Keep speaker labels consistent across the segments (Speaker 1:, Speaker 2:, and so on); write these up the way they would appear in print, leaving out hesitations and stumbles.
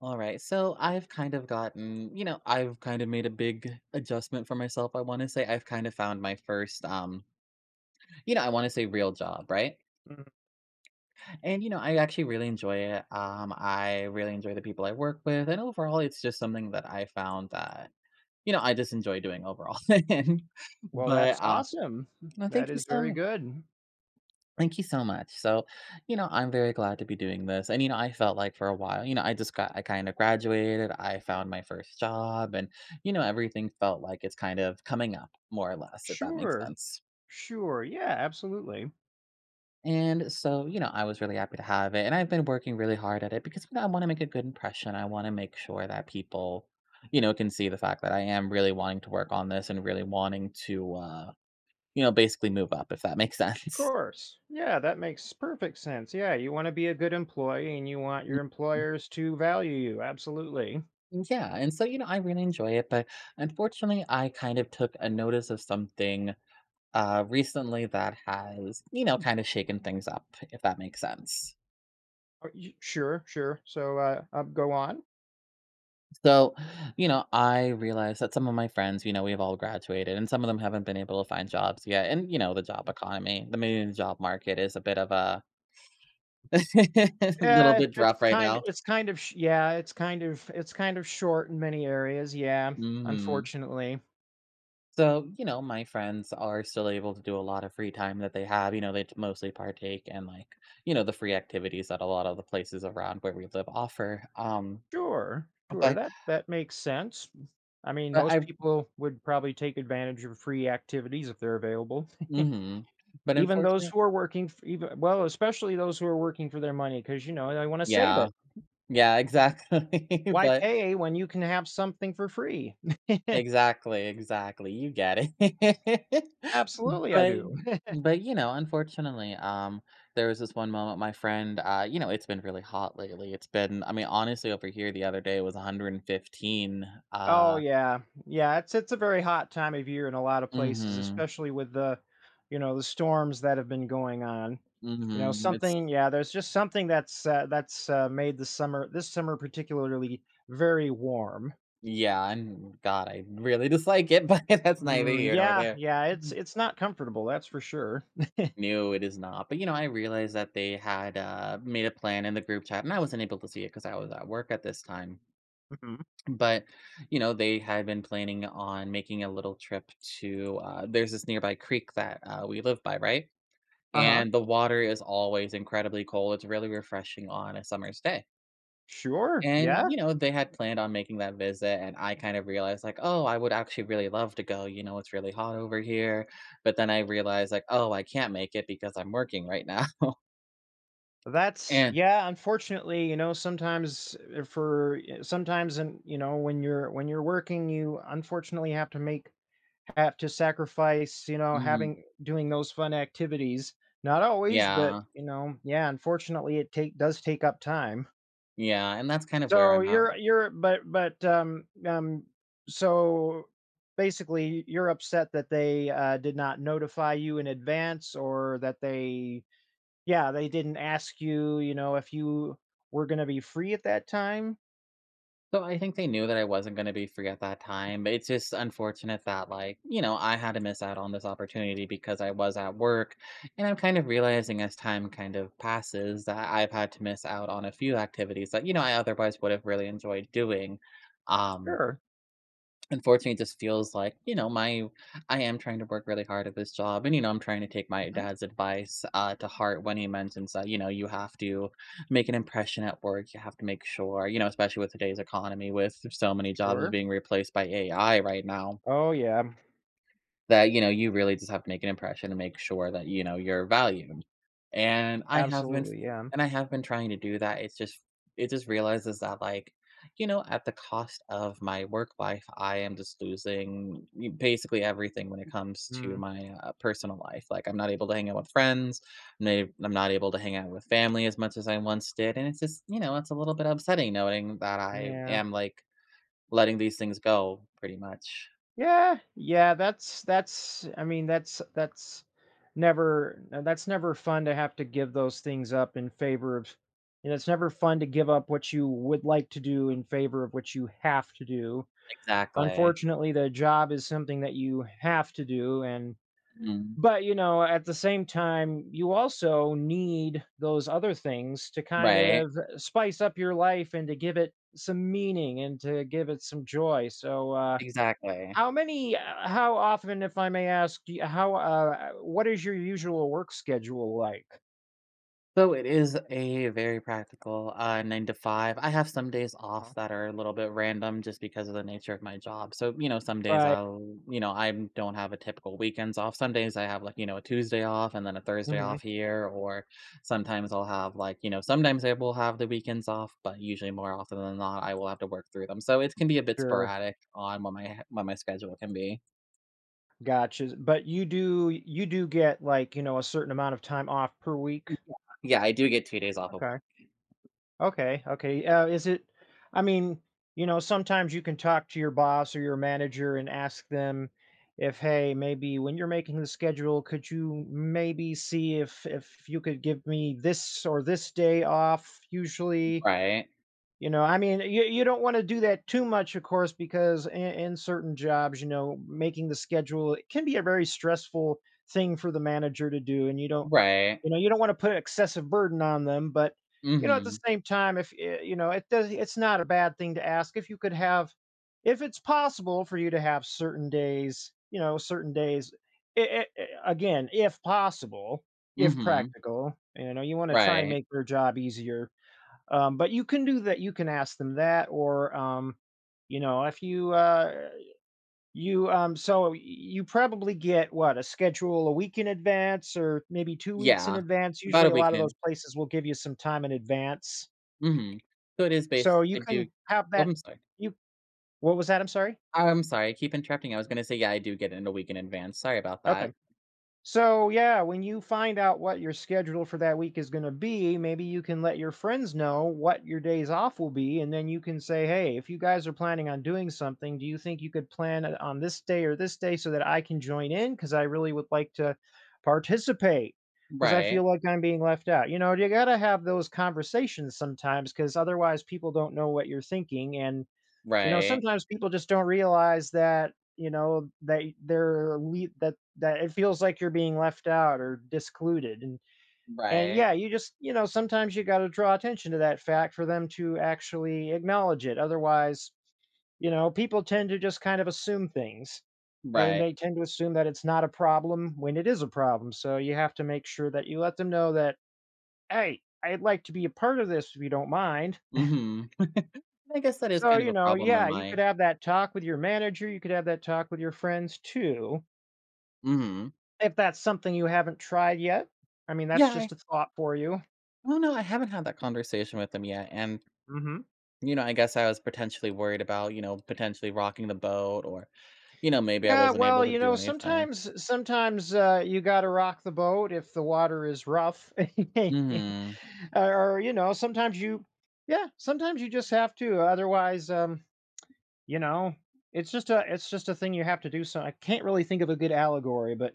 Speaker 1: All right. So I've kind of gotten, you know, I've kind of made a big adjustment for myself. I want to say I've kind of found my first you know, I want to say real job, right?
Speaker 2: Mhm.
Speaker 1: And you know, I actually really enjoy it. I really enjoy the people I work with, and overall it's just something that I found that you know, I just enjoy doing overall. and
Speaker 2: Well, that's
Speaker 1: but
Speaker 2: awesome.
Speaker 1: No, thank
Speaker 2: That
Speaker 1: you
Speaker 2: is
Speaker 1: so
Speaker 2: very
Speaker 1: much.
Speaker 2: good.
Speaker 1: Thank you so much. So, you know, I'm very glad to be doing this. And, you know, I felt like for a while, you know, I just got, I kind of graduated, I found my first job, and, you know, everything felt like it's kind of coming up more or less, if that makes
Speaker 2: Sure.
Speaker 1: sense.
Speaker 2: Sure. Yeah, absolutely.
Speaker 1: And so, you know, I was really happy to have it. And I've been working really hard at it because, you know, I want to make a good impression. I want to make sure that people, you know, can see the fact that I am really wanting to work on this and really wanting to, you know, basically move up, if that makes
Speaker 2: Of
Speaker 1: sense.
Speaker 2: course. Yeah, that makes perfect sense. Yeah, you want to be a good employee and you want your employers to value you. Absolutely.
Speaker 1: Yeah, and so, you know, I really enjoy it, but unfortunately, I kind of took a notice of something recently that has, you know, kind of shaken things up, if that makes sense.
Speaker 2: Sure, sure. So go on.
Speaker 1: So, you know, I realized that some of my friends, you know, we've all graduated and some of them haven't been able to find jobs yet. And, you know, the job economy, the main job market is a bit of a little
Speaker 2: Yeah,
Speaker 1: bit rough right now.
Speaker 2: it's kind of sh- yeah, it's kind of short in many areas. Yeah,
Speaker 1: Mhm.
Speaker 2: unfortunately.
Speaker 1: So, you know, my friends are still able to do a lot of free time that they have. You know, they mostly partake in like, you know, the free activities that a lot of the places around where we live offer.
Speaker 2: Sure, sure,
Speaker 1: But
Speaker 2: that makes sense. I mean,
Speaker 1: but
Speaker 2: most
Speaker 1: I
Speaker 2: people would probably take advantage of free activities if they're available.
Speaker 1: hmm but
Speaker 2: Even those
Speaker 1: Unfortunately,
Speaker 2: who are working f even well, especially those who are working for their money, because they wanna save
Speaker 1: yeah.
Speaker 2: it.
Speaker 1: Yeah, exactly.
Speaker 2: Why
Speaker 1: but
Speaker 2: pay when you can have something for free?
Speaker 1: Exactly, exactly. You get it.
Speaker 2: Absolutely, I
Speaker 1: But
Speaker 2: do.
Speaker 1: but you know, unfortunately, there was this one moment my friend, you know, it's been really hot lately. It's been, I mean, honestly, over here the other day it was 115.
Speaker 2: Oh,
Speaker 1: Uh,
Speaker 2: yeah. Yeah, it's a very hot time of year in a lot of places,
Speaker 1: mhm,
Speaker 2: especially with the storms that have been going on. You know,
Speaker 1: mhm. It's
Speaker 2: there's just something that's made the summer this summer particularly very warm.
Speaker 1: Yeah, and God, I really dislike it, but that's neither
Speaker 2: Mm,
Speaker 1: here nor
Speaker 2: yeah,
Speaker 1: there.
Speaker 2: yeah, it's not comfortable, that's for sure.
Speaker 1: No, it is not. But you know, I realized that they had made a plan in the group chat, and I wasn't able to see it because I was at work at this time.
Speaker 2: Mhm.
Speaker 1: But you know, they had been planning on making a little trip to there's this nearby creek that we live by, right?
Speaker 2: Uh-huh.
Speaker 1: And the water is always incredibly cold. It's really refreshing on a summer's day.
Speaker 2: Sure,
Speaker 1: And
Speaker 2: yeah.
Speaker 1: you know, they had planned on making that visit, and I kind of realized like, oh, I would actually really love to go. You know, it's really hot over here, but then I realized like, oh, I can't make it because I'm working right now.
Speaker 2: That's
Speaker 1: and
Speaker 2: Yeah, unfortunately, sometimes, for sometimes and, when you're working, you unfortunately have to sacrifice,
Speaker 1: mhm,
Speaker 2: having doing those fun activities. Not always, but
Speaker 1: yeah
Speaker 2: yeah, unfortunately it take does take up time.
Speaker 1: Yeah, and that's kind of where
Speaker 2: So
Speaker 1: I'm at.
Speaker 2: you're but so basically you're upset that they did not notify you in advance or that they yeah, they didn't ask you, if you were gonna be free at that time?
Speaker 1: So I think they knew that I wasn't gonna be free at that time, but it's just unfortunate that, like, you know, I had to miss out on this opportunity because I was at work. And I'm kind of realizing as time kind of passes that I've had to miss out on a few activities that, you know, I otherwise would have really enjoyed doing. Um,
Speaker 2: Sure.
Speaker 1: Unfortunately, it just feels like, you know, my I am trying to work really hard at this job and, you know, I'm trying to take my
Speaker 2: Mhm,
Speaker 1: dad's advice to heart when he mentions that, you know, you have to make an impression at work. You have to make sure, you know, especially with today's economy, with so many jobs
Speaker 2: sure.
Speaker 1: being replaced by AI right now.
Speaker 2: Oh, yeah.
Speaker 1: That, you know, you really just have to make an impression and make sure that, you know, you're valued. And I have been
Speaker 2: Absolutely, yeah.
Speaker 1: and I have been trying to do that. It's just it just realizes that, like, you know, at the cost of my work life, I am just losing y basically everything when it comes to
Speaker 2: Mm,
Speaker 1: my, personal life. Like, I'm not able to hang out with friends, I'm not able to hang out with family as much as I once did, and it's just, you know, it's a little bit upsetting knowing that I
Speaker 2: yeah.
Speaker 1: am, like, letting these things go pretty much.
Speaker 2: Yeah, yeah, that's I mean, that's never fun to have to give those things up in favor of. It's never fun to give up what you would like to do in favor of what you have to do.
Speaker 1: Exactly.
Speaker 2: Unfortunately, the job is something that you have to do and
Speaker 1: Mhm.
Speaker 2: but, at the same time, you also need those other things to kind
Speaker 1: Right,
Speaker 2: of spice up your life and to give it some meaning and to give it some joy. So
Speaker 1: exactly.
Speaker 2: how often, if I may ask, what is your usual work schedule like?
Speaker 1: So it is a very practical, 9 to 5. I have some days off
Speaker 2: Uh-huh.
Speaker 1: that are a little bit random just because of the nature of my job. So, you know, some days
Speaker 2: Right.
Speaker 1: I'll you know, I don't have a typical weekends off. Some days I have, like, you know, a Tuesday off and then a Thursday
Speaker 2: Hmm.
Speaker 1: off here, or sometimes I'll have, like, you know sometimes I will have the weekends off, but usually more often than not, I will have to work through them. So it can be a bit
Speaker 2: Sure.
Speaker 1: sporadic on what my schedule can be.
Speaker 2: Gotcha. But you do get, like, a certain amount of time off per week.
Speaker 1: Yeah, I do get 2 days off of
Speaker 2: Okay. Okay. Okay. I mean, sometimes you can talk to your boss or your manager and ask them if, hey, maybe when you're making the schedule, could you maybe see if you could give me this or this day off usually?
Speaker 1: right,
Speaker 2: You know, I mean, you don't wanna do that too much, of course, because in certain jobs, you know, making the schedule, it can be a very stressful thing for the manager to do, and
Speaker 1: right.
Speaker 2: you don't wanna put excessive burden on them, but, at the
Speaker 1: Mhm.
Speaker 2: same time, if, eh, you know, it does it's not a bad thing to ask if it's possible for you to have certain days, again, if possible, if
Speaker 1: Mhm.
Speaker 2: practical, you wanna try and
Speaker 1: Right.
Speaker 2: make their job easier. But you can do that. You can ask them that, or if you you so you probably get what a schedule a week in advance, or maybe 2 weeks in
Speaker 1: Yeah.
Speaker 2: advance.
Speaker 1: About
Speaker 2: Usually,
Speaker 1: a
Speaker 2: a lot of those
Speaker 1: weekend.
Speaker 2: places will give you some time in advance,
Speaker 1: Mhm. So it is
Speaker 2: so
Speaker 1: based
Speaker 2: you
Speaker 1: I do
Speaker 2: can have
Speaker 1: Oh,
Speaker 2: that.
Speaker 1: I'm sorry.
Speaker 2: You What was that? I'm sorry.
Speaker 1: I'm sorry, I keep interrupting. I was gonna say, yeah, I do get it a week in advance. Sorry about
Speaker 2: Okay.
Speaker 1: that.
Speaker 2: So, yeah, when you find out what your schedule for that week is going to be, maybe you can let your friends know what your days off will be. And then you can say, hey, if you guys are planning on doing something, do you think you could plan it on this day or this day so that I can join in? Because I really would like to participate because I
Speaker 1: Right.
Speaker 2: feel like I'm being left out. You know, you got to have those conversations sometimes because otherwise people don't know what you're thinking. And
Speaker 1: Right.
Speaker 2: sometimes people just don't realize that, that they're le that it feels like you're being left out or discluded, and
Speaker 1: Right.
Speaker 2: yeah, you just you know, sometimes you gotta draw attention to that fact for them to actually acknowledge it. Otherwise, people tend to just kind of assume things, and
Speaker 1: Right.
Speaker 2: they tend to assume that it's not a problem when it is a problem, so you have to make sure that you let them know that, "Hey, I'd like to be a part of this if you don't mind."
Speaker 1: Mhm. I guess that is
Speaker 2: So,
Speaker 1: kind of a problem
Speaker 2: yeah,
Speaker 1: on
Speaker 2: you could
Speaker 1: my
Speaker 2: have that talk with your manager, you could have that talk with your friends too.
Speaker 1: mhm.
Speaker 2: If that's something you haven't tried yet, I mean, that's
Speaker 1: Yeah, I
Speaker 2: just a thought for you.
Speaker 1: Well, no, I haven't had that conversation with them yet, and,
Speaker 2: Hmm.
Speaker 1: you know, I guess I was potentially worried about, you know, potentially rocking the boat or, you know, maybe I
Speaker 2: Yeah,
Speaker 1: wasn't
Speaker 2: well,
Speaker 1: able to do anything.
Speaker 2: sometimes you got to rock the boat if the water is rough.
Speaker 1: Mhm.
Speaker 2: Or yeah, sometimes you just have to. Otherwise, you know, it's just a thing you have to do, so I can't really think of a good allegory, but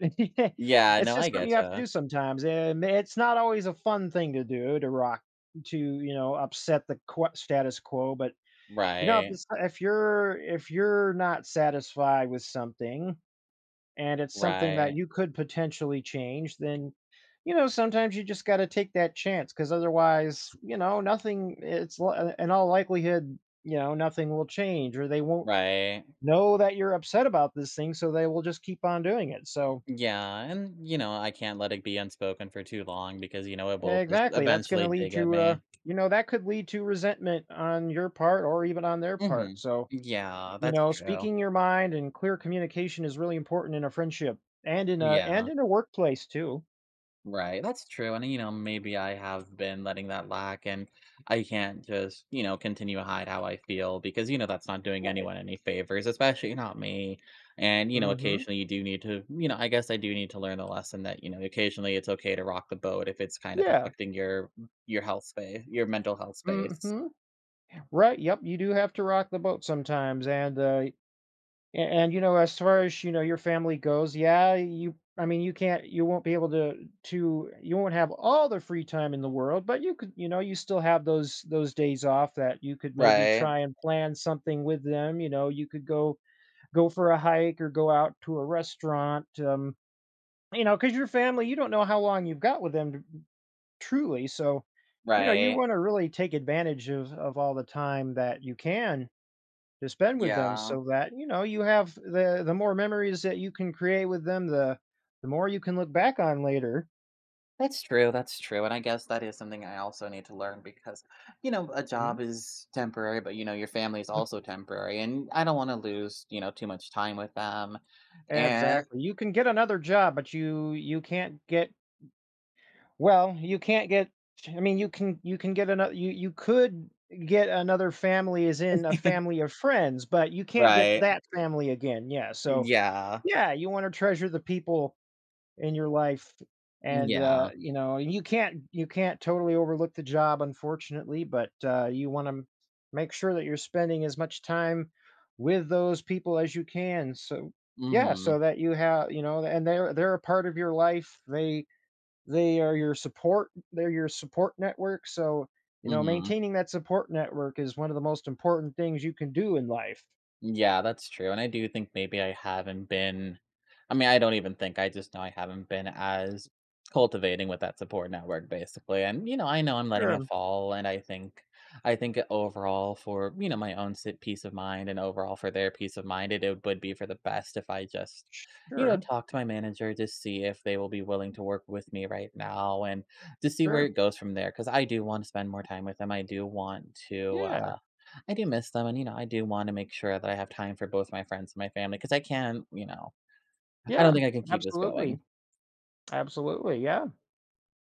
Speaker 1: Yeah,
Speaker 2: it's
Speaker 1: no,
Speaker 2: just
Speaker 1: I
Speaker 2: something you have to do
Speaker 1: getcha.
Speaker 2: sometimes, and it's not always a fun thing to do to rock upset the qua status quo, but, if
Speaker 1: Right,
Speaker 2: it's if you're if you're not satisfied with something, and it's something that
Speaker 1: right,
Speaker 2: you could potentially change, then, sometimes you just gotta take that chance, because otherwise, nothing it's li in all likelihood, nothing will change, or they won't
Speaker 1: right.
Speaker 2: know that you're upset about this thing, so they will just keep on doing it. So
Speaker 1: Yeah, and, you know, I can't let it be unspoken for too long because, you know, it will just
Speaker 2: exactly, that's going to
Speaker 1: eventually
Speaker 2: lead
Speaker 1: dig at
Speaker 2: to
Speaker 1: me.
Speaker 2: you know, that could lead to resentment on your part or even on their part.
Speaker 1: Mhm.
Speaker 2: So,
Speaker 1: Yeah, that's true.
Speaker 2: speaking your mind and clear communication is really important in a friendship and
Speaker 1: Yeah.
Speaker 2: in a workplace too.
Speaker 1: Right, that's true, and, you know, maybe I have been letting that lack, and I can't just, you know, continue to hide how I feel because, you know, that's not doing
Speaker 2: Right.
Speaker 1: anyone any favors, especially not me, and, you know,
Speaker 2: Mhm.
Speaker 1: occasionally you do need to you know, I guess I do need to learn the lesson that, you know, occasionally it's okay to rock the boat if it's kind of
Speaker 2: Yeah.
Speaker 1: affecting your health space your mental health space.
Speaker 2: Mhm. Right. Yep, you do have to rock the boat sometimes. And, as far as your family goes, yeah, you. I mean, you won't be able to, you won't have all the free time in the world, but you could, you know, you still have those days off that you could maybe
Speaker 1: Right,
Speaker 2: try and plan something with them. You know, you could go for a hike or go out to a restaurant. Because your family, you don't know how long you've got with them, truly. So, you
Speaker 1: right,
Speaker 2: want to really take advantage of all the time that you can to spend with them
Speaker 1: yeah.
Speaker 2: so that, you know, you have the more memories that you can create with them, the more you can look back on later.
Speaker 1: That's true, and I guess that is something I also need to learn because, you know, a
Speaker 2: Mhm.
Speaker 1: job is temporary, but, you know, your family is also temporary, and I don't wanna lose, you know, too much time with them, and
Speaker 2: Exactly. You can get another job, but you can't get, well, you can't get I mean, you can get another you you could get another family as in a family of friends, but you can't get
Speaker 1: Right.
Speaker 2: that family again. Yeah, so
Speaker 1: Yeah.
Speaker 2: yeah, you wanna treasure the people in your life and,
Speaker 1: Yeah.
Speaker 2: you can't totally overlook the job, unfortunately, but, you wanna make sure that you're spending as much time with those people as you can, so yeah,
Speaker 1: Mhm.
Speaker 2: so that you have you know, and they're a part of your life, they're your support network, so,
Speaker 1: Mhm.
Speaker 2: maintaining that support network is one of the most important things you can do in life.
Speaker 1: Yeah, that's true, and I do think maybe I haven't been I mean, I don't even think, I just know I haven't been as cultivating with that support network, basically, and, you know, I know I'm letting it
Speaker 2: Sure,
Speaker 1: fall, and I think it overall for, you know, my own sit peace of mind and overall for their peace of mind, it would be for the best if I just, you know,
Speaker 2: sure,
Speaker 1: talk to my manager to see if they will be willing to work with me right now and to see where
Speaker 2: sure.
Speaker 1: it goes from there. Because I do wanna spend more time with them, I do want to,
Speaker 2: Yeah,
Speaker 1: I do miss them, and, you know, I do wanna make sure that I have time for both my friends and my family, because I can you know, I don't
Speaker 2: yeah,
Speaker 1: think I can keep this going.
Speaker 2: absolutely, absolutely, yeah.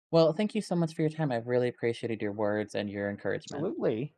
Speaker 1: Well, thank you so much for your time, I've really appreciated your words and your encouragement.
Speaker 2: Absolutely.